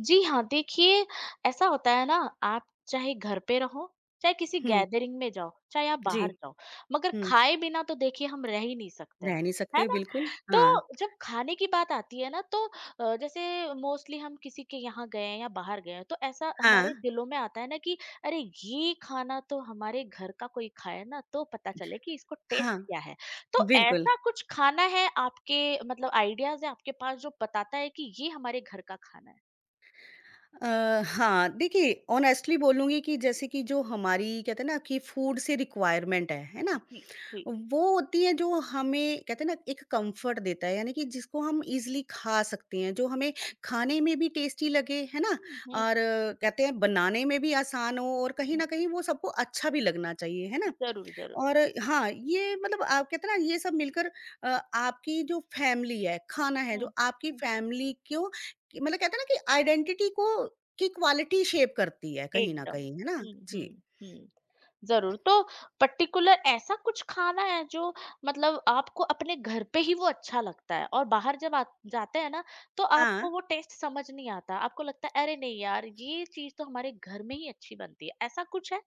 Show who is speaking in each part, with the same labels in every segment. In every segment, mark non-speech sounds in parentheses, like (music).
Speaker 1: जी हाँ, देखिए ऐसा होता है ना आप चाहे घर पे रहो, चाहे किसी
Speaker 2: हुँ,
Speaker 1: गैदरिंग में जाओ, चाहे आप
Speaker 2: जी,
Speaker 1: बाहर जाओ, मगर
Speaker 2: हुँ,
Speaker 1: खाए बिना तो देखिए हम रह ही नहीं सकते हैं,
Speaker 2: रह नहीं
Speaker 1: है
Speaker 2: सकते
Speaker 1: ना?
Speaker 2: बिल्कुल।
Speaker 1: तो
Speaker 2: हाँ,
Speaker 1: जब खाने की बात आती है ना तो जैसे मोस्टली हम किसी के यहाँ गए हैं या बाहर गए हैं तो ऐसा
Speaker 2: हाँ,
Speaker 1: हमारे दिलों में आता है ना कि अरे ये खाना तो हमारे घर का कोई खाए ना तो पता चले कि इसको टेस्ट
Speaker 2: हाँ,
Speaker 1: क्या है। तो
Speaker 2: बिल्कुल।
Speaker 1: ऐसा कुछ खाना है आपके मतलब आइडियाज़ हैं आपके पास जो बताता है कि ये हमारे घर का खाना है?
Speaker 2: अ, हाँ, देखिए ऑनेस्टली बोलूँगी कि जैसे कि जो हमारी कहते हैं ना कि फूड से रिक्वायरमेंट है ना?
Speaker 1: जी, जी।
Speaker 2: वो होती है जो हमें कहते हैं ना एक कंफर्ट देता है यानी कि जिसको हम ईज़िली खा सकते हैं, जो हमें खाने में भी टेस्टी लगे, है ना?
Speaker 1: हुँ, हुँ,
Speaker 2: और कहते हैं बनाने में भी आसान हो और कहीं
Speaker 1: हुँ।
Speaker 2: न कहीं वो सबको अच्छा भी लगना चाहिए, है ना?
Speaker 1: ज़रूर, ज़रूर।
Speaker 2: और हाँ, ये मतलब आप कहते हैं ना ये सब मिलकर अ, आपकी जो फैमिली है, खाना है
Speaker 1: हुँ,
Speaker 2: जो आपकी
Speaker 1: हुँ।
Speaker 2: फैमिली क्यों कि मतलब कहते हैं ना कि आइडेंटिटी को की क्वालिटी शेप करती है कहीं न
Speaker 1: एकदम।
Speaker 2: कहीं, है ना?
Speaker 1: हुँ,
Speaker 2: जी।
Speaker 1: हुँ, हुँ। ज़रूर, तो पर्टिकुलर ऐसा कुछ खाना है जो मतलब आपको अपने घर पे ही वो अच्छा लगता है और बाहर जब आप जाते हैं ना, तो
Speaker 2: हाँ।
Speaker 1: आपको वो टेस्ट समझ नहीं आता, आपको लगता है अरे नहीं यार, ये चीज़ तो हमारे घर में ही अच्छी बनती है, ऐसा कुछ है?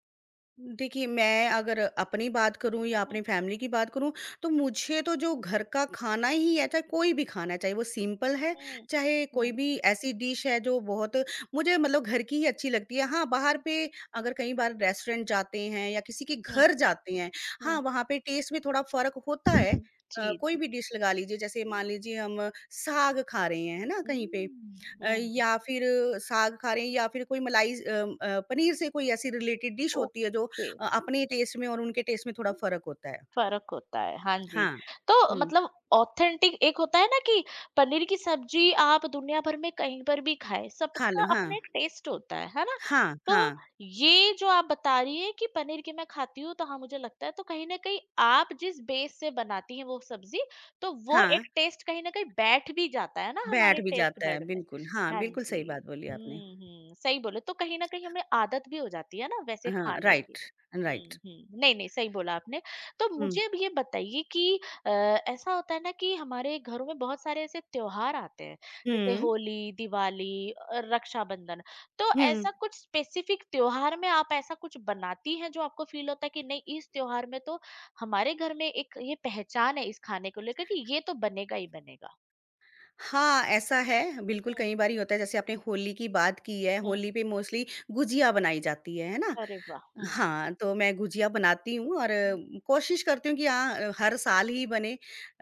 Speaker 2: देखिए, मैं अगर अपनी बात करूँ या
Speaker 1: हुँ,
Speaker 2: अपनी फैमिली की बात करूँ, तो मुझे तो जो
Speaker 1: हुँ,
Speaker 2: घर का खाना ही है, चाहे कोई भी खाना है, चाहे वो सिंपल है,
Speaker 1: हुँ,
Speaker 2: चाहे कोई
Speaker 1: हुँ,
Speaker 2: भी ऐसी डिश है जो बहुत मुझे मतलब घर की ही अच्छी लगती है। हाँ, बाहर
Speaker 1: हुँ,
Speaker 2: पे अगर कई बार रेस्टोरेंट जाते हैं या किसी के
Speaker 1: हुँ,
Speaker 2: घर जाते हैं, हाँ,
Speaker 1: हुँ।
Speaker 2: वहाँ पे टेस्ट में थोड़ा फ़र्क होता है।
Speaker 1: (laughs) जी,
Speaker 2: कोई
Speaker 1: जी।
Speaker 2: भी डिश लगा लीजिए, जैसे
Speaker 1: हुँ,
Speaker 2: मान लीजिए हम साग खा रहे हैं, है ना, कहीं पे
Speaker 1: हुँ,
Speaker 2: या फिर साग खा रहे हैं या फिर कोई मलाई पनीर से कोई ऐसी रिलेटेड डिश होती है जो
Speaker 1: ओके।
Speaker 2: अपने टेस्ट में और उनके टेस्ट में थोड़ा फ़र्क होता है।
Speaker 1: फ़र्क होता है, हाँ जी।
Speaker 2: हाँ।
Speaker 1: तो
Speaker 2: हुँ,
Speaker 1: मतलब ऑथेंटिक एक होता है ना कि पनीर की सब्ज़ी आप दुनिया भर में कहीं पर भी खाएँ,
Speaker 2: खा
Speaker 1: सबका
Speaker 2: लो, हाँ।
Speaker 1: अपना एक टेस्ट होता है ना?
Speaker 2: हाँ,
Speaker 1: तो
Speaker 2: हाँ,
Speaker 1: ये जो आप बता रही हैं कि पनीर की मैं खाती हूँ, तो हाँ, मुझे लगता है तो कहीं न कहीं आप जिस बेस से बनाती हैं वो सब्ज़ी, तो वो
Speaker 2: हाँ,
Speaker 1: एक टेस्ट कहीं न कहीं बैठ भी जाता है ना
Speaker 2: बैठ
Speaker 1: हमारे
Speaker 2: भी
Speaker 1: टेस्ट
Speaker 2: जाता है,
Speaker 1: बड में।
Speaker 2: बिल्कुल। हाँ,
Speaker 1: हाँ
Speaker 2: बिल्कुल सही
Speaker 1: जी।
Speaker 2: बात बोली आपने।
Speaker 1: हुँ, हुँ, सही बोले तो कहीं न कहीं हमें आदत भी हो जाती है ना वैसे
Speaker 2: हाँ,
Speaker 1: खाने की।
Speaker 2: Right, right.
Speaker 1: हुँ, हुँ। नहीं, नहीं, सही बोला आपने। तो
Speaker 2: हुँ,
Speaker 1: मुझे अब ये बताइए कि ऐसा होता है ना कि हमारे घरों में बहुत सारे ऐसे त्योहार आते हैं जैसे
Speaker 2: हुँ,
Speaker 1: होली दिवाली रक्षाबंधन तो
Speaker 2: हुँ।
Speaker 1: ऐसा कुछ स्पेसिफिक त्योहार में आप ऐसा कुछ बनाती हैं जो आपको फील होता है कि नहीं इस त्योहार में तो हमारे घर में एक ये पहचान है इस खाने को लेकर कि ये तो बनेगा ही बनेगा
Speaker 2: हाँ, ऐसा है, बिल्कुल
Speaker 1: हम्म
Speaker 2: कई बारी होता है, जैसे आपने
Speaker 1: हम्म
Speaker 2: होली की बात की है,
Speaker 1: हम्म
Speaker 2: होली पे मोस्टली गुजिया बनाई जाती है ना?
Speaker 1: अरे वाह हम्म
Speaker 2: हाँ, तो मैं गुजिया बनाती हूँ और
Speaker 1: हम्म,
Speaker 2: कोशिश करती हूँ कि हाँ, हर साल ही बने।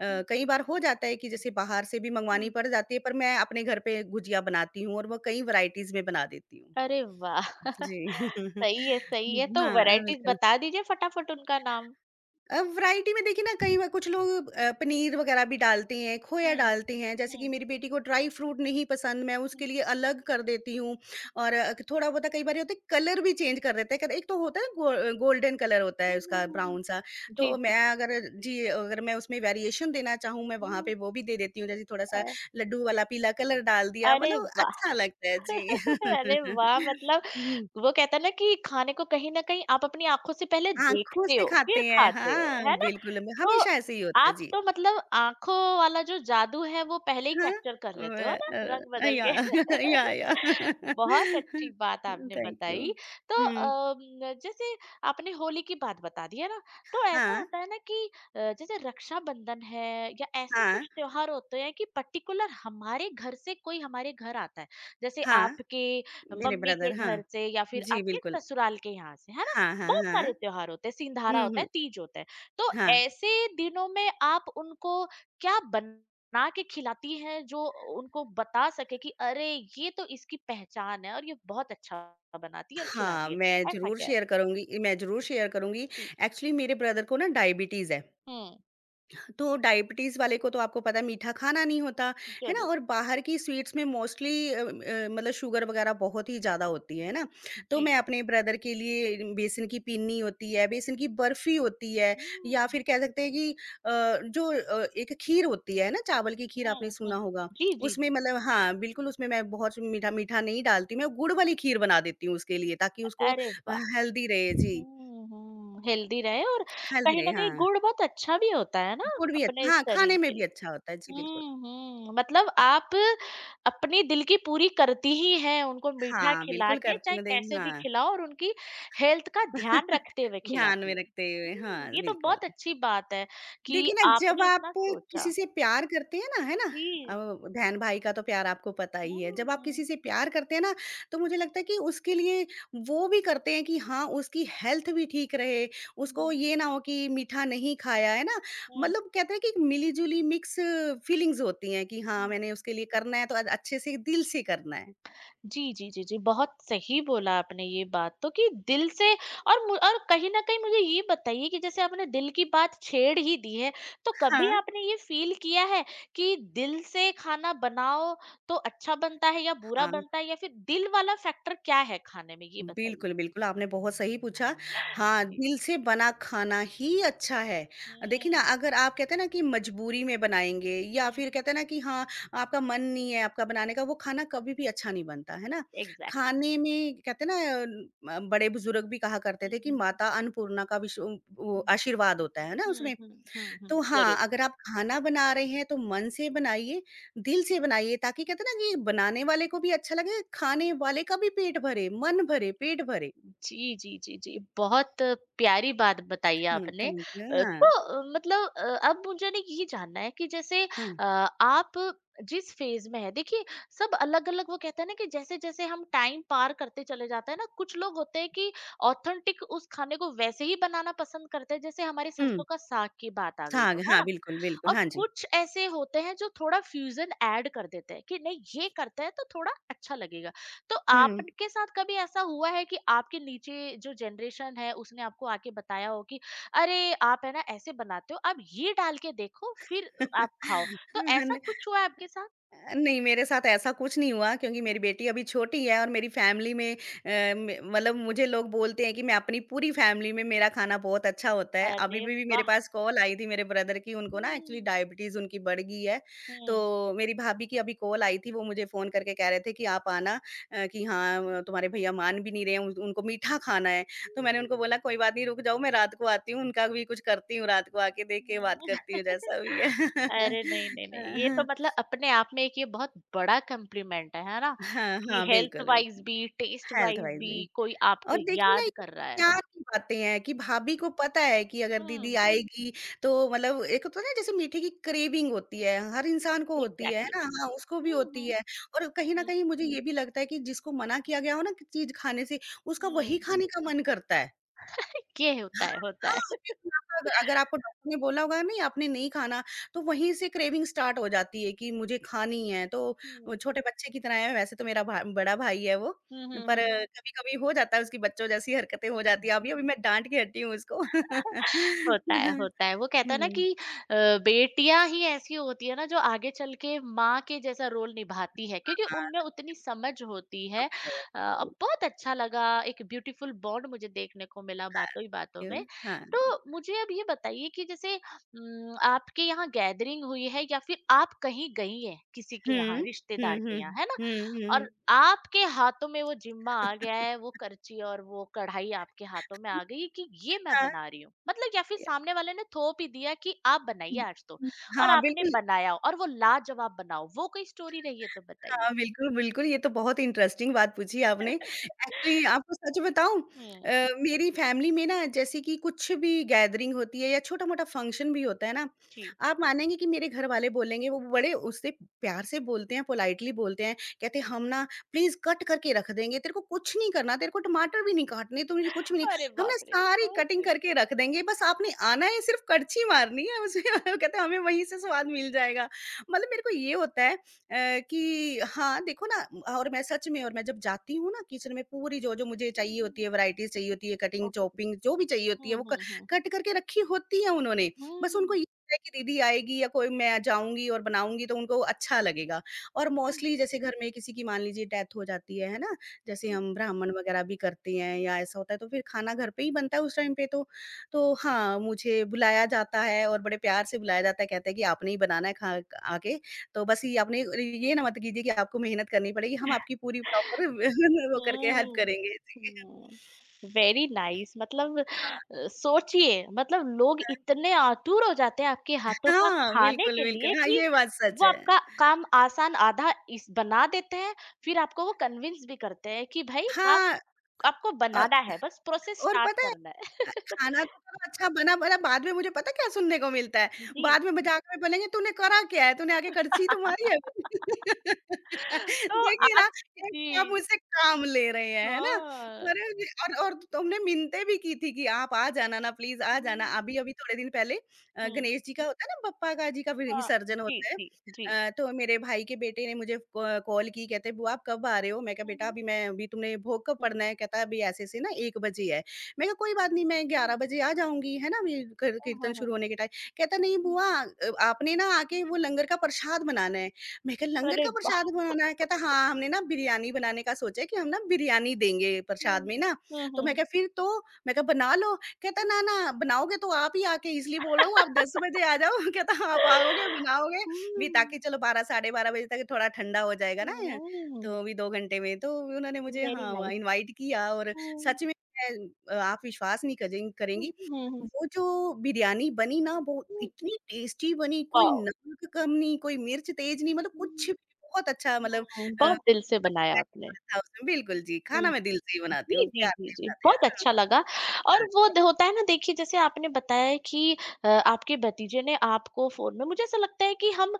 Speaker 1: हम्म,
Speaker 2: कई बार हो जाता है कि जैसे बाहर से भी मँगवानी
Speaker 1: हम्म।
Speaker 2: पड़ जाती है, पर मैं अपने घर पे गुजिया बनाती हूँ और वो कई वैराइटीज़ में बना देती हूँ।
Speaker 1: अरे वाह (laughs)
Speaker 2: जी। (laughs)
Speaker 1: सही
Speaker 2: हुँ,
Speaker 1: है तो
Speaker 2: हाँ,
Speaker 1: वैरायटीज
Speaker 2: बिल्कुल।
Speaker 1: बता दीजिए फटाफट उनका नाम
Speaker 2: वैरायटी में देखिए ना कई
Speaker 1: हम्म
Speaker 2: बार कुछ लोग पनीर वगैरह भी डालते हैं, खोया डालते हैं। जैसे कि
Speaker 1: हम्म
Speaker 2: मेरी बेटी को ड्राई फ्रूट नहीं पसंद, मैं
Speaker 1: हुँ,
Speaker 2: उसके लिए अलग कर देती हूँ और थोड़ा बहुत कई बार ये होता है कलर भी चेंज कर देते हैं। कद एक तो होता है गोल्डन कलर होता है
Speaker 1: हुँ, हुँ,
Speaker 2: उसका
Speaker 1: हुँ, हुँ।
Speaker 2: ब्राउन सा,
Speaker 1: जी,
Speaker 2: तो मैं
Speaker 1: जी।
Speaker 2: अगर जी, अगर मैं उसमें वेरिएशन देना चाहूँ, मैं
Speaker 1: हुँ,
Speaker 2: वहाँ पे
Speaker 1: हुँ।
Speaker 2: वो भी दे देती हूँ। जैसे थोड़ा-सा
Speaker 1: अ,
Speaker 2: लड्डू वाला पीला कलर डाल दिया,
Speaker 1: अरे
Speaker 2: मतलब
Speaker 1: वाह!
Speaker 2: अच्छा लगता है। जी।
Speaker 1: (laughs) अरे वाह!
Speaker 2: (laughs)
Speaker 1: मतलब
Speaker 2: हुँ,
Speaker 1: वो कहता है ना कि खाने को कहीं न कहीं आप अपनी आँखों से पहले
Speaker 2: आँखों
Speaker 1: देखते
Speaker 2: से
Speaker 1: हो,
Speaker 2: खाते
Speaker 1: फिर
Speaker 2: हैं।
Speaker 1: खाते हो,
Speaker 2: हाँ,
Speaker 1: है ना?
Speaker 2: बिल्कुल,
Speaker 1: तो
Speaker 2: हमेशा ऐसे ही होता है।
Speaker 1: आप
Speaker 2: जी।
Speaker 1: तो मतलब आँखों वाला जो जादू है वो पहले ही
Speaker 2: Huh?
Speaker 1: कैप्चर कर लेते हो
Speaker 2: Well,
Speaker 1: ना, रंग बदल के।
Speaker 2: yeah. Yeah, yeah. (laughs)
Speaker 1: (laughs) बहुत अच्छी बात
Speaker 2: (laughs)
Speaker 1: आपने
Speaker 2: थैंक यू।
Speaker 1: बताई। तो
Speaker 2: हुँ।
Speaker 1: जैसे आपने होली की बात बता दी, है ना? तो ऐसा
Speaker 2: हाँ,
Speaker 1: होता है ना कि जैसे रक्षाबंधन है या ऐसे
Speaker 2: हाँ,
Speaker 1: कुछ त्योहार होते हैं कि पर्टिकुलर हमारे घर से कोई हमारे घर आता है। जैसे
Speaker 2: हाँ।
Speaker 1: आपके
Speaker 2: मेरे
Speaker 1: मम्मी
Speaker 2: ब्रदर,
Speaker 1: के
Speaker 2: हाँ।
Speaker 1: घर से या फिर
Speaker 2: जी,
Speaker 1: आपके
Speaker 2: बिल्कुल।
Speaker 1: ससुराल के यहाँ से है ना
Speaker 2: हाँ, हाँ,
Speaker 1: बहुत सारे
Speaker 2: हाँ।
Speaker 1: त्योहार होते हैं सिंधारा
Speaker 2: हुँ,
Speaker 1: होता
Speaker 2: हुँ।
Speaker 1: है तीज होता है तो
Speaker 2: हाँ।
Speaker 1: ऐसे दिनों में आप उनको क्या बना के खिलाती हैं जो उनको बता सके कि अरे ये तो इसकी पहचान है और ये बहुत अच्छा बनाती है और
Speaker 2: हाँ,
Speaker 1: खिलाती है ऐसा क्या है
Speaker 2: मैं ज़रूर शेयर करूँगी।
Speaker 1: जी
Speaker 2: एक्चुअली मेरे ब्रदर को ना डायबिटीज़ है।
Speaker 1: हम्म
Speaker 2: तो डायबिटीज़ वाले को तो आपको पता है मीठा खाना नहीं होता, है ना?
Speaker 1: जरूर
Speaker 2: और बाहर की स्वीट्स में मोस्टली मतलब शुगर वगैरह बहुत ही ज़्यादा होती है ना? तो
Speaker 1: जी
Speaker 2: मैं अपने ब्रदर के लिए बेसन की पिन्नी होती है, बेसन की बर्फ़ी होती है या
Speaker 1: हम्म,
Speaker 2: फिर कह सकते हैं कि जो एक खीर होती है ना, चावल की खीर आपने
Speaker 1: हम्म
Speaker 2: सुना
Speaker 1: हम्म
Speaker 2: होगा।
Speaker 1: जी जी
Speaker 2: उसमें
Speaker 1: जी
Speaker 2: मतलब हाँ, बिल्कुल उसमें मैं बहुत मीठा-मीठा नहीं डालती, मैं गुड़ वाली खीर बना देती हूँ उसके लिए ताकि उसको
Speaker 1: अरे वाह
Speaker 2: हेल्दी रहे जी,
Speaker 1: हेल्दी रहे और
Speaker 2: हेल्दी
Speaker 1: कहीं
Speaker 2: रहे
Speaker 1: ना कहीं
Speaker 2: हाँ।
Speaker 1: गुड़ बहुत अच्छा भी होता है ना
Speaker 2: गुड़ भी
Speaker 1: अपने
Speaker 2: अच्छा हाँ,
Speaker 1: शरीर
Speaker 2: खाने में
Speaker 1: के
Speaker 2: भी
Speaker 1: लिए
Speaker 2: अच्छा होता है। जी, बिल्कुल।
Speaker 1: हुँ, हुँ। मतलब आप अपने दिल की पूरी करती ही हैं, उनको मीठा
Speaker 2: हाँ,
Speaker 1: खिला
Speaker 2: बिल्कुल
Speaker 1: के,
Speaker 2: करती
Speaker 1: चाहे
Speaker 2: हूँ देखिए
Speaker 1: कैसे भी
Speaker 2: हाँ।
Speaker 1: खिलाओ और उनकी हेल्थ का ध्यान रखते
Speaker 2: (laughs)
Speaker 1: हुए
Speaker 2: ध्यान
Speaker 1: खिलाती
Speaker 2: में
Speaker 1: हैं।
Speaker 2: रखते हुए,
Speaker 1: हुँ,
Speaker 2: हाँ,
Speaker 1: ये तो
Speaker 2: बिल्कुल।
Speaker 1: बहुत अच्छी बात है कि
Speaker 2: देखिए ना जब
Speaker 1: आपने
Speaker 2: आप
Speaker 1: उतना सोचा।
Speaker 2: किसी से प्यार करते हैं ना, है ना?
Speaker 1: जी।
Speaker 2: अब बहन भाई का तो प्यार आपको पता ही है।
Speaker 1: हुँ,
Speaker 2: जब आप
Speaker 1: हुँ।
Speaker 2: किसी से प्यार करते हैं ना, तो मुझे लगता है कि उसके लिए वो भी करते हैं कि हाँ, उसकी हेल्थ भी ठीक रहे,
Speaker 1: हुँ,
Speaker 2: उसको ये ना हो कि मीठा नहीं खाया, है ना?
Speaker 1: हुँ,
Speaker 2: मतलब कहते हैं कि मिली-जुली मिक्स फीलिंग्स होती हैं कि हाँ,
Speaker 1: हुँ।
Speaker 2: मैंने उसके लिए करना है तो अच्छे से दिल से करना है।
Speaker 1: जी, जी, जी, जी, बहुत सही बोला आपने ये बात तो कि दिल से और कहीं न कहीं मुझे ये बताइए कि जैसे आपने दिल की बात छेड़ ही दी है, तो कभी
Speaker 2: हाँ,
Speaker 1: आपने ये फ़ील किया है कि दिल से खाना बनाओ तो अच्छा बनता है या बुरा
Speaker 2: हाँ।
Speaker 1: बनता है या फिर दिल वाला फैक्टर क्या है खाने में? ये बताइए?
Speaker 2: बिल्कुल, बिल्कुल, आपने बहुत सही पूछा। हाँ,
Speaker 1: जी।
Speaker 2: दिल से बना खाना ही अच्छा है। देखिए ना,
Speaker 1: हुँ।
Speaker 2: अगर आप कहते हैं ना कि मजबूरी में बनाएँगे या
Speaker 1: हुँ,
Speaker 2: फिर
Speaker 1: हुँ,
Speaker 2: कहते हैं ना कि हाँ, आपका मन नहीं है आपका बनाने का, वो
Speaker 1: हुँ।
Speaker 2: खाना कभी भी अच्छा नहीं बनता, है ना?
Speaker 1: एग्ज़ैक्टली।
Speaker 2: खाने में कहते हैं ना बड़े बुजुर्ग भी कहा करते थे
Speaker 1: हुँ,
Speaker 2: कि
Speaker 1: हुँ, हुँ।
Speaker 2: माता अन्नपूर्णा का विश वो आशीर्वाद होता है ना
Speaker 1: हुँ,
Speaker 2: उसमें।
Speaker 1: हुँ, हुँ, हुँ, हुँ।
Speaker 2: तो
Speaker 1: ज़रूर।
Speaker 2: हाँ, अगर आप खाना बना रहे हैं तो मन से बनाइए, दिल से बनाइए ताकि कहते हैं ना कि बनाने वाले को भी अच्छा लगे, खाने वाले का भी पेट भरे, मन भरे, पेट भरे।
Speaker 1: जी, जी, जी, जी। बहुत प्यारी बात बताई
Speaker 2: हुँ,
Speaker 1: आपने।
Speaker 2: Thank you. हाँ,
Speaker 1: तो मतलब अब मुझे ना ये जानना है कि जैसे
Speaker 2: हाँ।
Speaker 1: अ, आप जिस फ़ेज़ में हैं देखिए सब अलग-अलग वो कहते हैं ना कि जैसे-जैसे हम टाइम पार करते चले जाते हैं ना, कुछ लोग होते हैं कि ऑथेंटिक उस खाने को वैसे ही बनाना पसंद करते हैं जैसे हमारे
Speaker 2: हुँ,
Speaker 1: सरसों का साग की बात आ गई तो,
Speaker 2: साग
Speaker 1: है
Speaker 2: हाँ,
Speaker 1: ना?
Speaker 2: बिल्कुल, बिल्कुल।
Speaker 1: और
Speaker 2: हाँ जी।
Speaker 1: कुछ ऐसे होते हैं जो थोड़ा फ्यूजन ऐड कर देते हैं कि नहीं ये करते हैं तो थोड़ा अच्छा लगेगा तो
Speaker 2: हुँ।
Speaker 1: आपके साथ कभी ऐसा हुआ है कि आपके नीचे जो जनरेशन है उसने आपको आके बताया हो कि अरे आप है ना ऐसे बनाते हो आप ये डाल के देखो फिर आप खाओ तो ऐसा
Speaker 2: (laughs)
Speaker 1: कुछ हुआ है आपके साथ
Speaker 2: नहीं, मेरे साथ ऐसा कुछ नहीं हुआ क्योंकि मेरी
Speaker 1: हम्म,
Speaker 2: बेटी अभी छोटी है और मेरी फैमिली में अ, म मतलब मुझे लोग बोलते हैं कि मैं अपनी पूरी फैमिली में मेरा खाना बहुत अच्छा होता है। अभी
Speaker 1: अरे
Speaker 2: भी मेरे
Speaker 1: वाह
Speaker 2: पास कॉल आई थी मेरे ब्रदर की उनको ना एक्चुअली
Speaker 1: हम्म
Speaker 2: डायबिटीज़ उनकी बढ़ गई है। तो
Speaker 1: हम्म
Speaker 2: मेरी भाभी की अभी कॉल आई थी, वो मुझे फ़ोन करके कह रहे थे कि आप आना कि हाँ तुम्हारे भैया मान भी नहीं रहे हैं, उन उनको मीठा खाना है। तो मैंने उनको
Speaker 1: हम्म,
Speaker 2: बोला कोई बात नहीं रुक जाओ मैं रात को आती हूँ, उनका भी कुछ करती हूँ रात को आके देख के बात
Speaker 1: हम्म,
Speaker 2: करती हूँ जैसा भी
Speaker 1: अरे नहीं, नहीं, नहीं, ये तो
Speaker 2: है। (laughs)
Speaker 1: मतलब अपने आप में एक ये बहुत बड़ा कॉम्प्लीमेंट है ना?
Speaker 2: हाँ,
Speaker 1: कि
Speaker 2: हाँ,
Speaker 1: हेल्थ
Speaker 2: बिल्कुल,
Speaker 1: वाइज़
Speaker 2: बिल्कुल।
Speaker 1: भी, टेस्ट वाइज़
Speaker 2: हेल्थ-वाइज़ भी।
Speaker 1: भी कोई
Speaker 2: और
Speaker 1: आपको
Speaker 2: देखिए ना
Speaker 1: याद
Speaker 2: ये
Speaker 1: कर रहा है।
Speaker 2: प्यार की बातें हैं कि भाभी को पता है कि अगर दीदी
Speaker 1: हुँ,
Speaker 2: आएगी तो मतलब एक होता है ना जैसे मीठे की क्रेविंग होती है, हर इंसान को होती है
Speaker 1: एग्ज़ैक्टली
Speaker 2: ना? हाँ, उसको भी
Speaker 1: हुँ,
Speaker 2: होती
Speaker 1: हुँ,
Speaker 2: है और कहीं न
Speaker 1: हुँ,
Speaker 2: कहीं मुझे ये भी लगता है कि जिसको मना किया गया हो ना चीज़ खाने से, उसका
Speaker 1: हुँ।
Speaker 2: वही खाने का मन करता है।
Speaker 1: (laughs) ये होता है,
Speaker 2: हाँ,
Speaker 1: होता
Speaker 2: हाँ,
Speaker 1: है।
Speaker 2: बिल्कुल आपका अग अगर
Speaker 1: (laughs)
Speaker 2: आपको डॉक्टर ने बोला होगा नहीं आपने नहीं खाना, तो वहीं से क्रेविंग स्टार्ट हो जाती है कि मुझे खानी है, तो
Speaker 1: हुँ,
Speaker 2: वो छोटे बच्चे की तरह है वैसे तो मेरा भा बड़ा भाई है वो,
Speaker 1: हुँ, हुँ,
Speaker 2: पर
Speaker 1: हुँ,
Speaker 2: कभी-कभी हो जाता है उसकी बच्चों जैसी हरकतें हो
Speaker 1: हुँ,
Speaker 2: जाती
Speaker 1: हुँ।
Speaker 2: है, अभी-अभी मैं डाँट के हटी हूँ उसको। (laughs)
Speaker 1: होता है, होता है। वो कहता है ना
Speaker 2: हुँ।
Speaker 1: कि अ, बेटियाँ ही ऐसी होती है ना जो आगे चल के माँ के जैसा रोल निभाती है क्योंकि उनमें
Speaker 2: हाँ,
Speaker 1: उतनी समझ होती है।
Speaker 2: मज़ा
Speaker 1: अ, अब बहुत अच्छा लगा एक ब्यूटीफुल बॉन्ड मुझे देखने को मिला बातों ही बातों
Speaker 2: क्यों?
Speaker 1: में।
Speaker 2: हाँ।
Speaker 1: तो मुझे अब ये बताइए कि जैसे आपके यहाँ गैदरिंग हुई है या फिर आप कहीं गई हैं किसी
Speaker 2: हुँ।
Speaker 1: के यहाँ
Speaker 2: हुँ,
Speaker 1: रिश्तेदार
Speaker 2: हुँ,
Speaker 1: के यहाँ, है ना?
Speaker 2: हुँ, हुँ।
Speaker 1: और आपके हाथों में वो जिम्मा आ गया है
Speaker 2: (laughs)
Speaker 1: वो करची और वो कढ़ाई आपके हाथों में आ गई है कि ये मैं
Speaker 2: हाँ,
Speaker 1: बना रही हूँ मतलब या फिर
Speaker 2: या
Speaker 1: सामने वाले ने थोप ही दिया कि आप बनाइए
Speaker 2: हुँ,
Speaker 1: आज तो
Speaker 2: हुँ।
Speaker 1: और
Speaker 2: हाँ,
Speaker 1: आपने
Speaker 2: बिल्कुल
Speaker 1: बनाया और वो लाजवाब बनाओ वो कोई स्टोरी रही है तो बताइए
Speaker 2: हाँ, बिल्कुल, बिल्कुल, ये तो बहुत इंटरेस्टिंग बात पूछी आपने।
Speaker 1: (laughs)
Speaker 2: एक्चुअली आपको सच बताऊँ
Speaker 1: हम्म
Speaker 2: मेरी फैमिली में ना जैसे कि कुछ भी गैदरिंग होती है या छोटा-मोटा फंक्शन भी होता है ना,
Speaker 1: जी
Speaker 2: आप मानेंगे कि मेरे घर वाले बोलेंगे वो बड़े उससे प्यार से बोलते हैं, पोलाइटली बोलते हैं, कहते हैं, "हम ना प्लीज़ कट करके रख देंगे, तेरे को कुछ नहीं करना, तेरे को टमाटर भी नहीं काटने, तुम्हें कुछ भी नहीं,
Speaker 1: अरे
Speaker 2: हम ना
Speaker 1: बाप रे
Speaker 2: सारी
Speaker 1: सो
Speaker 2: कटिंग करके
Speaker 1: स्वीट
Speaker 2: रख देंगे, बस आपने आना है, सिर्फ़ कड़छी मारनी है उसमें" (laughs) कहते हैं, "हमें वहीं से स्वाद मिल जाएगा।" मतलब मेरे को ये होता है अ, कि हाँ, देखो ना और मैं सच में और मैं जब जाती हूँ ना किचन में पूरी जो-जो मुझे
Speaker 1: हम्म,
Speaker 2: चाहिए होती
Speaker 1: हम्म,
Speaker 2: है, वैराइटीज़ चाहिए होती है, कटिंग, चॉपिंग जो भी चाहिए होती
Speaker 1: हम्म,
Speaker 2: है, वो क
Speaker 1: हम्म, हम्म,
Speaker 2: कट करके रखी होती है उन्होंने। बस उनको
Speaker 1: हम्म,
Speaker 2: ये है कि दीदी आएगी या कोई मैं जाऊँगी और बनाऊँगी तो उनको अच्छा लगेगा। और
Speaker 1: हम्म,
Speaker 2: मोस्टली जैसे घर में किसी की मान लीजिए डेथ हो जाती है ना? जैसे
Speaker 1: हम्म,
Speaker 2: हम ब्राह्मण वगैरह भी करते हैं या ऐसा होता है तो फिर खाना घर पे ही बनता है उस टाइम पे तो। तो हाँ, मुझे बुलाया जाता है और बड़े प्यार से बुलाया जाता है, कहते हैं कि आपने ही बनाना है खा आके तो बस ये आपने ये ना मत कीजिए कि आपको मेहनत करनी पड़ेगी, हम
Speaker 1: हम्म,
Speaker 2: आपकी पूरी प्रॉपर (laughs) वो करके हेल्प
Speaker 1: हुँ।
Speaker 2: करेंगे। जी।
Speaker 1: हुँ, वेरी नाइस मतलब अ,
Speaker 2: हाँ,
Speaker 1: सोचिए मतलब लोग इतने आतुर हो जाते हैं आपके हाथों
Speaker 2: हाँ,
Speaker 1: का
Speaker 2: हाँ,
Speaker 1: खाने
Speaker 2: बिल्कुल,
Speaker 1: के लिए
Speaker 2: बिल्कुल। हाँ,
Speaker 1: कि
Speaker 2: ये बात सच
Speaker 1: वो
Speaker 2: है।
Speaker 1: आपका काम आसान आधा इस बना देते हैं, फिर आपको वो कन्विंस भी करते हैं कि भई आप
Speaker 2: हाँ
Speaker 1: आपको
Speaker 2: अ,
Speaker 1: बनाना है, बस प्रोसेस
Speaker 2: और
Speaker 1: स्टार्ट
Speaker 2: पता है
Speaker 1: करना है। (laughs)
Speaker 2: खाना तो चलो अच्छा बना-बना बाद में मुझे पता है क्या सुनने को मिलता है?
Speaker 1: जी।
Speaker 2: बाद में (laughs) मज़ाक में बोलेंगे तूने करा क्या है? तूने आगे करछी तो मारी
Speaker 1: (laughs)
Speaker 2: है?
Speaker 1: तो
Speaker 2: (laughs) देखिए ना,
Speaker 1: आप
Speaker 2: एक
Speaker 1: जी,
Speaker 2: तो आप मुझसे काम ले रहे हैं, है ना?
Speaker 1: हाँ।
Speaker 2: अरे ये और तुमने मिन्नतें भी की थी कि आप आ जाना ना प्लीज़ आ जाना।
Speaker 1: हुँ,
Speaker 2: अभी-अभी थोड़े दिन पहले
Speaker 1: हुँ,
Speaker 2: गणेश जी का होता है ना बप्पा का जी का वि
Speaker 1: हाँ।
Speaker 2: विसर्जन
Speaker 1: जी,
Speaker 2: होता है।
Speaker 1: जी, जी।
Speaker 2: तो मेरे भाई के बेटे ने मुझे क कॉल की कहते बुआ आप कब आ रहे हो? मैं कहा
Speaker 1: हुँ,
Speaker 2: बेटा
Speaker 1: हुँ,
Speaker 2: अभी मैं अभी तुमने भोग कब
Speaker 1: हुँ,
Speaker 2: पड़ना है? कहता है अभी ऐसे-ऐसे ना 1 बजे है। मैंने कहा कोई बात नहीं मैं 11
Speaker 1: हुँ।
Speaker 2: बजे आ जाऊँगी, है ना? ये कर
Speaker 1: हाँ,
Speaker 2: कीर्तन
Speaker 1: हाँ, हाँ।
Speaker 2: शुरू होने के टाइम कहता नहीं
Speaker 1: हुँ,
Speaker 2: बुआ आपने ना आके वो लंगर का प्रसाद बनाना है। मैं कहा लंगर
Speaker 1: अरे
Speaker 2: का
Speaker 1: वाह!
Speaker 2: प्रसाद बनाना है? कहता हाँ, हमने ना बिरयानी बनाने का सोचा है कि हम ना
Speaker 1: హ్మ్.
Speaker 2: बिरयानी देंगे प्रसाद में ना। तो
Speaker 1: హుహుహు.
Speaker 2: मैं कहा फिर तो? मैं कहा बना लो। कहता
Speaker 1: హ్మ్.
Speaker 2: ना, ना बनाओगे तो आप ही आके इसलिए बोल रहा हूँ आप 10 बजे आ जाओ। (laughs) कहता आप आओगे बनाओगे भी
Speaker 1: హ్మ్.
Speaker 2: ताकि चलो 12 साढ़े 12 बजे तक थोड़ा ठंडा हो जाएगा ना ये, तो भी 2 घंटे में। तो उन्होंने मुझे
Speaker 1: वेरी
Speaker 2: हाँ, व
Speaker 1: नाइस.
Speaker 2: इनवाइट किया और
Speaker 1: हुँ,
Speaker 2: सच में आप विश्वास नहीं
Speaker 1: हुँ,
Speaker 2: करेंगी,
Speaker 1: हुँ, हुँ.
Speaker 2: वो जो बिरयानी बनी ना वो इतनी टेस्टी बनी, कोई
Speaker 1: वाओ!
Speaker 2: नमक कम नहीं, कोई मिर्च तेज़ नहीं मतलब कुछ
Speaker 1: हुँ,
Speaker 2: भी बहुत अच्छा मतलब
Speaker 1: हुँ.
Speaker 2: अ,
Speaker 1: बहुत दिल से बनाया आपने.
Speaker 2: था उसमें बिल्कुल जी, खाना
Speaker 1: हुँ.
Speaker 2: मैं दिल से ही बनाती
Speaker 1: जी,
Speaker 2: हूँ,
Speaker 1: जी,
Speaker 2: प्यार
Speaker 1: जी,
Speaker 2: से
Speaker 1: जी.
Speaker 2: बनाते हैं।
Speaker 1: बहुत अच्छा लगा और
Speaker 2: हाँ।
Speaker 1: वो द होता है ना देखिए जैसे आपने बताया है कि आपके भतीजे ने आपको फ़ोन में मुझे ऐसा लगता है कि हम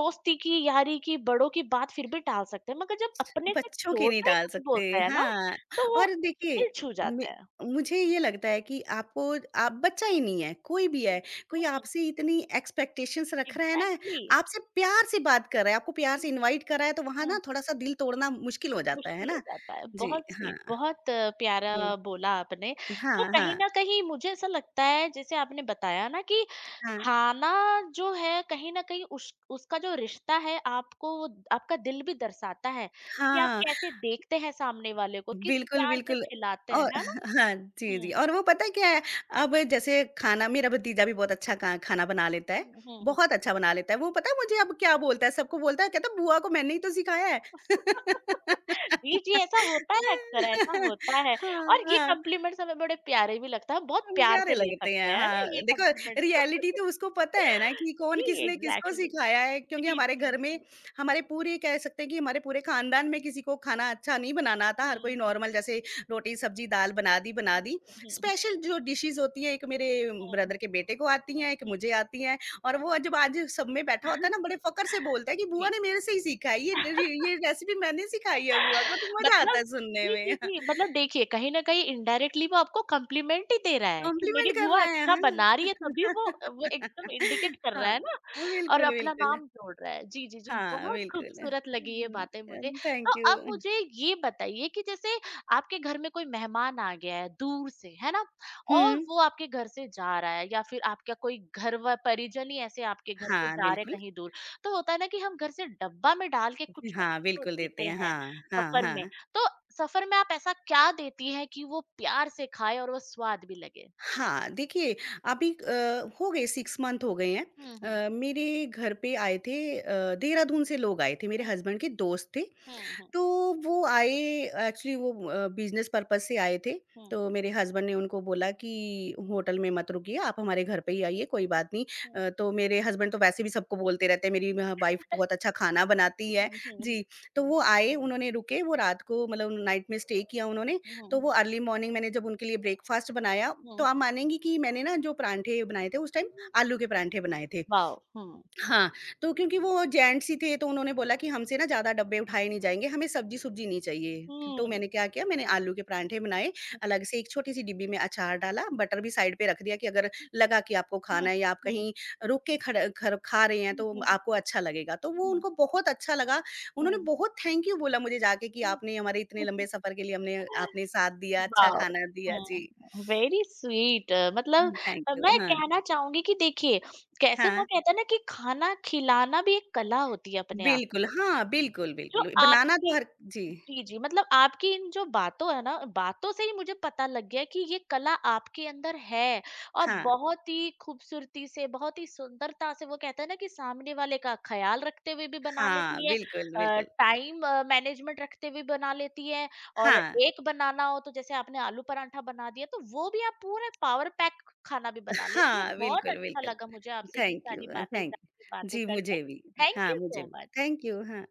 Speaker 1: दोस्ती की, यारी की, बड़ों की बात फिर भी टाल सकते हैं मगर जब अपने से
Speaker 2: बच्चों के नहीं
Speaker 1: छोटे
Speaker 2: डाल
Speaker 1: कुछ
Speaker 2: सकते,
Speaker 1: बोलते हैं ना,
Speaker 2: हाँ।
Speaker 1: तो वो
Speaker 2: और
Speaker 1: दिल
Speaker 2: देखिए
Speaker 1: छू
Speaker 2: मे
Speaker 1: जाते हैं.
Speaker 2: मुझे ये लगता है कि आपको आप बच्चा ही नहीं है, कोई भी है,
Speaker 1: हुँ,
Speaker 2: कोई
Speaker 1: हुँ,
Speaker 2: आपसे इतनी एक्सपेक्टेशंस रख रहा है ना,
Speaker 1: एग्ज़ैक्टली
Speaker 2: आपसे प्यार से बात कर रहा है, आपको प्यार से इनवाइट कर रहा है, तो वहाँ ना
Speaker 1: हुँ,
Speaker 2: थोड़ा-सा दिल तोड़ना मुश्किल हो जाता है
Speaker 1: मुश्किल हो
Speaker 2: ना?
Speaker 1: जाता है।
Speaker 2: जी,
Speaker 1: बहुत
Speaker 2: हाँ।
Speaker 1: स्वीट, बहुत प्यारा
Speaker 2: हुँ,
Speaker 1: बोला आपने। तो
Speaker 2: हाँ,
Speaker 1: कहीं
Speaker 2: हाँ,
Speaker 1: न कहीं मुझे ऐसा लगता है जैसे आपने बताया ना कि
Speaker 2: हाँ,
Speaker 1: खाना जो है कहीं न कहीं उस उसका जो रिश्ता है आपको वो- आपका दिल भी दर्शाता है कि आप
Speaker 2: हाँ।
Speaker 1: कैसे देखते हैं सामने वाले को, किस
Speaker 2: बिल्कुल,
Speaker 1: प्यार से
Speaker 2: बिल्कुल।
Speaker 1: खिलाते हैं,
Speaker 2: और
Speaker 1: है ना?
Speaker 2: (laughs) हाँ, जी, जी
Speaker 1: हुँ,
Speaker 2: और वो पता है क्या है, अब जैसे खाना मेरा भतीजा भी बहुत अच्छा खा खाना बना लेता है,
Speaker 1: हुँ, हुँ।
Speaker 2: बहुत अच्छा बना लेता है। वो पता है मुझे अब क्या बोलता है, सबको बोलता है, कहता है, "बुआ को मैंने ही तो सिखाया है।"
Speaker 1: जी, जी, ऐसा होता है अक्सर, ऐसा
Speaker 2: (laughs)
Speaker 1: होता है
Speaker 2: हाँ,
Speaker 1: और ये
Speaker 2: हाँ,
Speaker 1: कॉम्प्लीमेंट्स हमें बड़े प्यारे भी लगता है, बहुत
Speaker 2: हम
Speaker 1: प्यार
Speaker 2: प्यारे
Speaker 1: से ले
Speaker 2: लगते
Speaker 1: सकते
Speaker 2: हैं,
Speaker 1: हैं, है ना?
Speaker 2: हाँ।
Speaker 1: ये
Speaker 2: देखो
Speaker 1: कॉम्प्लीमेंट्स।
Speaker 2: रियलिटी तो उसको पता है ना
Speaker 1: (laughs)
Speaker 2: कि कौन
Speaker 1: जी,
Speaker 2: किसने किसको
Speaker 1: एग्ज़ैक्टली।
Speaker 2: सिखाया है क्योंकि
Speaker 1: जी,
Speaker 2: हमारे
Speaker 1: जी,
Speaker 2: घर में
Speaker 1: जी।
Speaker 2: हमारे पूरे कह सकते हैं कि हमारे पूरे खानदान में किसी को खाना अच्छा नहीं बनाना आता। हर
Speaker 1: हुँ,
Speaker 2: कोई
Speaker 1: हुँ,
Speaker 2: नॉर्मल जैसे रोटी, सब्जी, दाल बना दी, बना दी।
Speaker 1: हुँ, हुँ,
Speaker 2: स्पेशल जो डिशेज़ होती हैं, एक मेरे
Speaker 1: हुँ, हुँ,
Speaker 2: ब्रदर के बेटे को आती
Speaker 1: हुँ,
Speaker 2: हैं, एक
Speaker 1: हुँ, हुँ।
Speaker 2: मुझे आती हैं और वो जब आज सब में बैठा होता है ना बड़े फ़ख्र से बोलता है कि बुआ
Speaker 1: जी।
Speaker 2: ने मेरे से ही सीखा है
Speaker 1: (laughs)
Speaker 2: ये रेसिपी मैंने सिखाई है बुआ को, तो मज़ा आता है
Speaker 1: मतलब
Speaker 2: सुनने
Speaker 1: जी, जी,
Speaker 2: में।
Speaker 1: जी, मतलब देखिए कहीं न कहीं इनडायरेक्टली वो आपको कॉम्प्लीमेंट ही दे रहा है कि
Speaker 2: कॉम्प्लीमेंट
Speaker 1: मेरी
Speaker 2: कर
Speaker 1: बुआ
Speaker 2: रहा है,
Speaker 1: अच्छा बना
Speaker 2: हाँ।
Speaker 1: रही है तभी वो एकदम इंडिकेट
Speaker 2: (laughs)
Speaker 1: कर रहा
Speaker 2: हाँ,
Speaker 1: है ना और
Speaker 2: बिल्कुल,
Speaker 1: अपना
Speaker 2: बिल्कुल।
Speaker 1: नाम जोड़ रहा है। जी, जी, जी,
Speaker 2: हाँ,
Speaker 1: बहुत
Speaker 2: बिल्कुल।
Speaker 1: खूबसूरत लगी ये
Speaker 2: हुँ,
Speaker 1: बातें मुझे। तो
Speaker 2: थैंक यू।
Speaker 1: अब मुझे ये बताइए कि जैसे आपके घर में कोई मेहमान आ गया है दूर से, है ना? और
Speaker 2: हुँ,
Speaker 1: वो आपके घर से जा रहा है या फिर आपका कोई घर व परिजन ही ऐसे आपके घर से
Speaker 2: हाँ,
Speaker 1: जा रहे
Speaker 2: बिल्कुल।
Speaker 1: हैं कहीं दूर। तो होता है ना कि हम घर से डब्बा में डाल के कुछ ना
Speaker 2: हाँ,
Speaker 1: कुछ तो
Speaker 2: बिल्कुल देते
Speaker 1: देते
Speaker 2: हैं।
Speaker 1: हैं।
Speaker 2: हाँ, हाँ,
Speaker 1: सफर में।
Speaker 2: हाँ।
Speaker 1: तो सफर में आप ऐसा क्या देती हैं कि वो प्यार से खाएँ और वो स्वाद भी लगे?
Speaker 2: हाँ, देखिए अभी हो गए 6 मंथ हो गए हैं।
Speaker 1: हुँ, हुँ।
Speaker 2: मेरे घर पे आए थे देहरादून से लोग आए थे, मेरे
Speaker 1: हुँ,
Speaker 2: हस्बैंड के दोस्त थे।
Speaker 1: हुँ, हुँ,
Speaker 2: तो वो आए एक्चुअली वो बिज़नेस पर्पज़ से आए थे।
Speaker 1: हुँ,
Speaker 2: तो मेरे हस्बैंड ने उनको बोला कि होटल में मत रुकिए, आप हमारे घर पे ही आइए, कोई बात नहीं।
Speaker 1: हुँ,
Speaker 2: तो मेरे हस्बैंड तो वैसे भी सबको बोलते रहते हैं, मेरी म वाइफ़ बहुत अच्छा खाना बनाती है।
Speaker 1: हुँ, हुँ,
Speaker 2: जी, तो वो आए, उन्होंने रुके, वो रात को मतलब नाइट में स्टे किया उन्होंने। तो
Speaker 1: हुँ,
Speaker 2: वो अर्ली मॉर्निंग मैंने जब उनके लिए ब्रेकफ़ास्ट बनाया, तो
Speaker 1: हुँ,
Speaker 2: आप मानेंगी कि मैंने ना जो परांठे बनाए थे उस टाइम,
Speaker 1: हुँ।
Speaker 2: आलू के परांठे बनाए थे।
Speaker 1: वाओ! हुँ।
Speaker 2: हाँ, तो क्योंकि वो जेंट्स ही थे तो उन्होंने बोला कि हमसे ना ज़्यादा डब्बे उठाए नहीं जाएँगे, हमें सब्ज़ी-सुब्ज़ी नहीं चाहिए।
Speaker 1: हुँ,
Speaker 2: तो
Speaker 1: हुँ,
Speaker 2: मैंने क्या किया मैंने आलू के पराठे बनाए,
Speaker 1: हुँ,
Speaker 2: अलग से एक छोटी-सी डिब्बी में अचार डाला, बटर भी साइड पे रख दिया कि अगर लगा कि आपको खाना है या आप
Speaker 1: हुँ,
Speaker 2: कहीं रुक के खड़ खर खा रहे हैं
Speaker 1: हुँ,
Speaker 2: तो
Speaker 1: हुँ,
Speaker 2: आपको अच्छा लगेगा। तो वो
Speaker 1: हुँ,
Speaker 2: उनको बहुत अच्छा लगा, उन्होंने
Speaker 1: हुँ,
Speaker 2: बहुत थैंक यू बोला मुझे जाके कि आपने हमारे इतने
Speaker 1: हुँ।
Speaker 2: लंबे सफ़र के लिए हमने आपने साथ दिया, अच्छा
Speaker 1: वाओ!
Speaker 2: खाना दिया। जी,
Speaker 1: हुँ, वेरी स्वीट मतलब
Speaker 2: थैंक यू।
Speaker 1: मैं
Speaker 2: हाँ,
Speaker 1: कहना चाहूँगी कि देखिए, कैसे वो
Speaker 2: हाँ।
Speaker 1: कहते हैं ना कि खाना खिलाना भी एक कला होती है अपने आप
Speaker 2: बिल्कुल,
Speaker 1: में।
Speaker 2: हाँ, बिल्कुल,
Speaker 1: जो
Speaker 2: बिल्कुल। बनाना तो
Speaker 1: आपकी
Speaker 2: हर जी,
Speaker 1: जी, जी, मतलब आपकी इन जो बातों है ना, बातों से ही मुझे पता लग गया कि ये कला आपके अंदर है और
Speaker 2: हाँ।
Speaker 1: बहुत ही खूबसूरती से, बहुत ही सुंदरता से वो कहते हैं ना कि सामने वाले का ख़्याल रखते हुए भी बना
Speaker 2: हाँ,
Speaker 1: लेती है
Speaker 2: बिल्कुल, बिल्कुल।
Speaker 1: टाइम मैनेजमेंट रखते हुए बना लेती है और
Speaker 2: हाँ,
Speaker 1: एक बनाना हो तो जैसे आपने आलू पराठा बना दिया तो वो भी आप पूरे पावर पैक खाना भी बना लेती है।
Speaker 2: हाँ,
Speaker 1: बहुत
Speaker 2: बिल्कुल,
Speaker 1: अच्छा लगा
Speaker 2: बिल्कुल।
Speaker 1: मुझे आपसे ये
Speaker 2: थैंक यू
Speaker 1: सारी बातें
Speaker 2: थैंक
Speaker 1: जान के,
Speaker 2: यू।
Speaker 1: बातें
Speaker 2: जी,
Speaker 1: करके।
Speaker 2: मुझे भी।
Speaker 1: थैंक
Speaker 2: हाँ,
Speaker 1: यू
Speaker 2: मुझे
Speaker 1: सो
Speaker 2: भी।
Speaker 1: मच।
Speaker 2: थैंक यू, हाँ।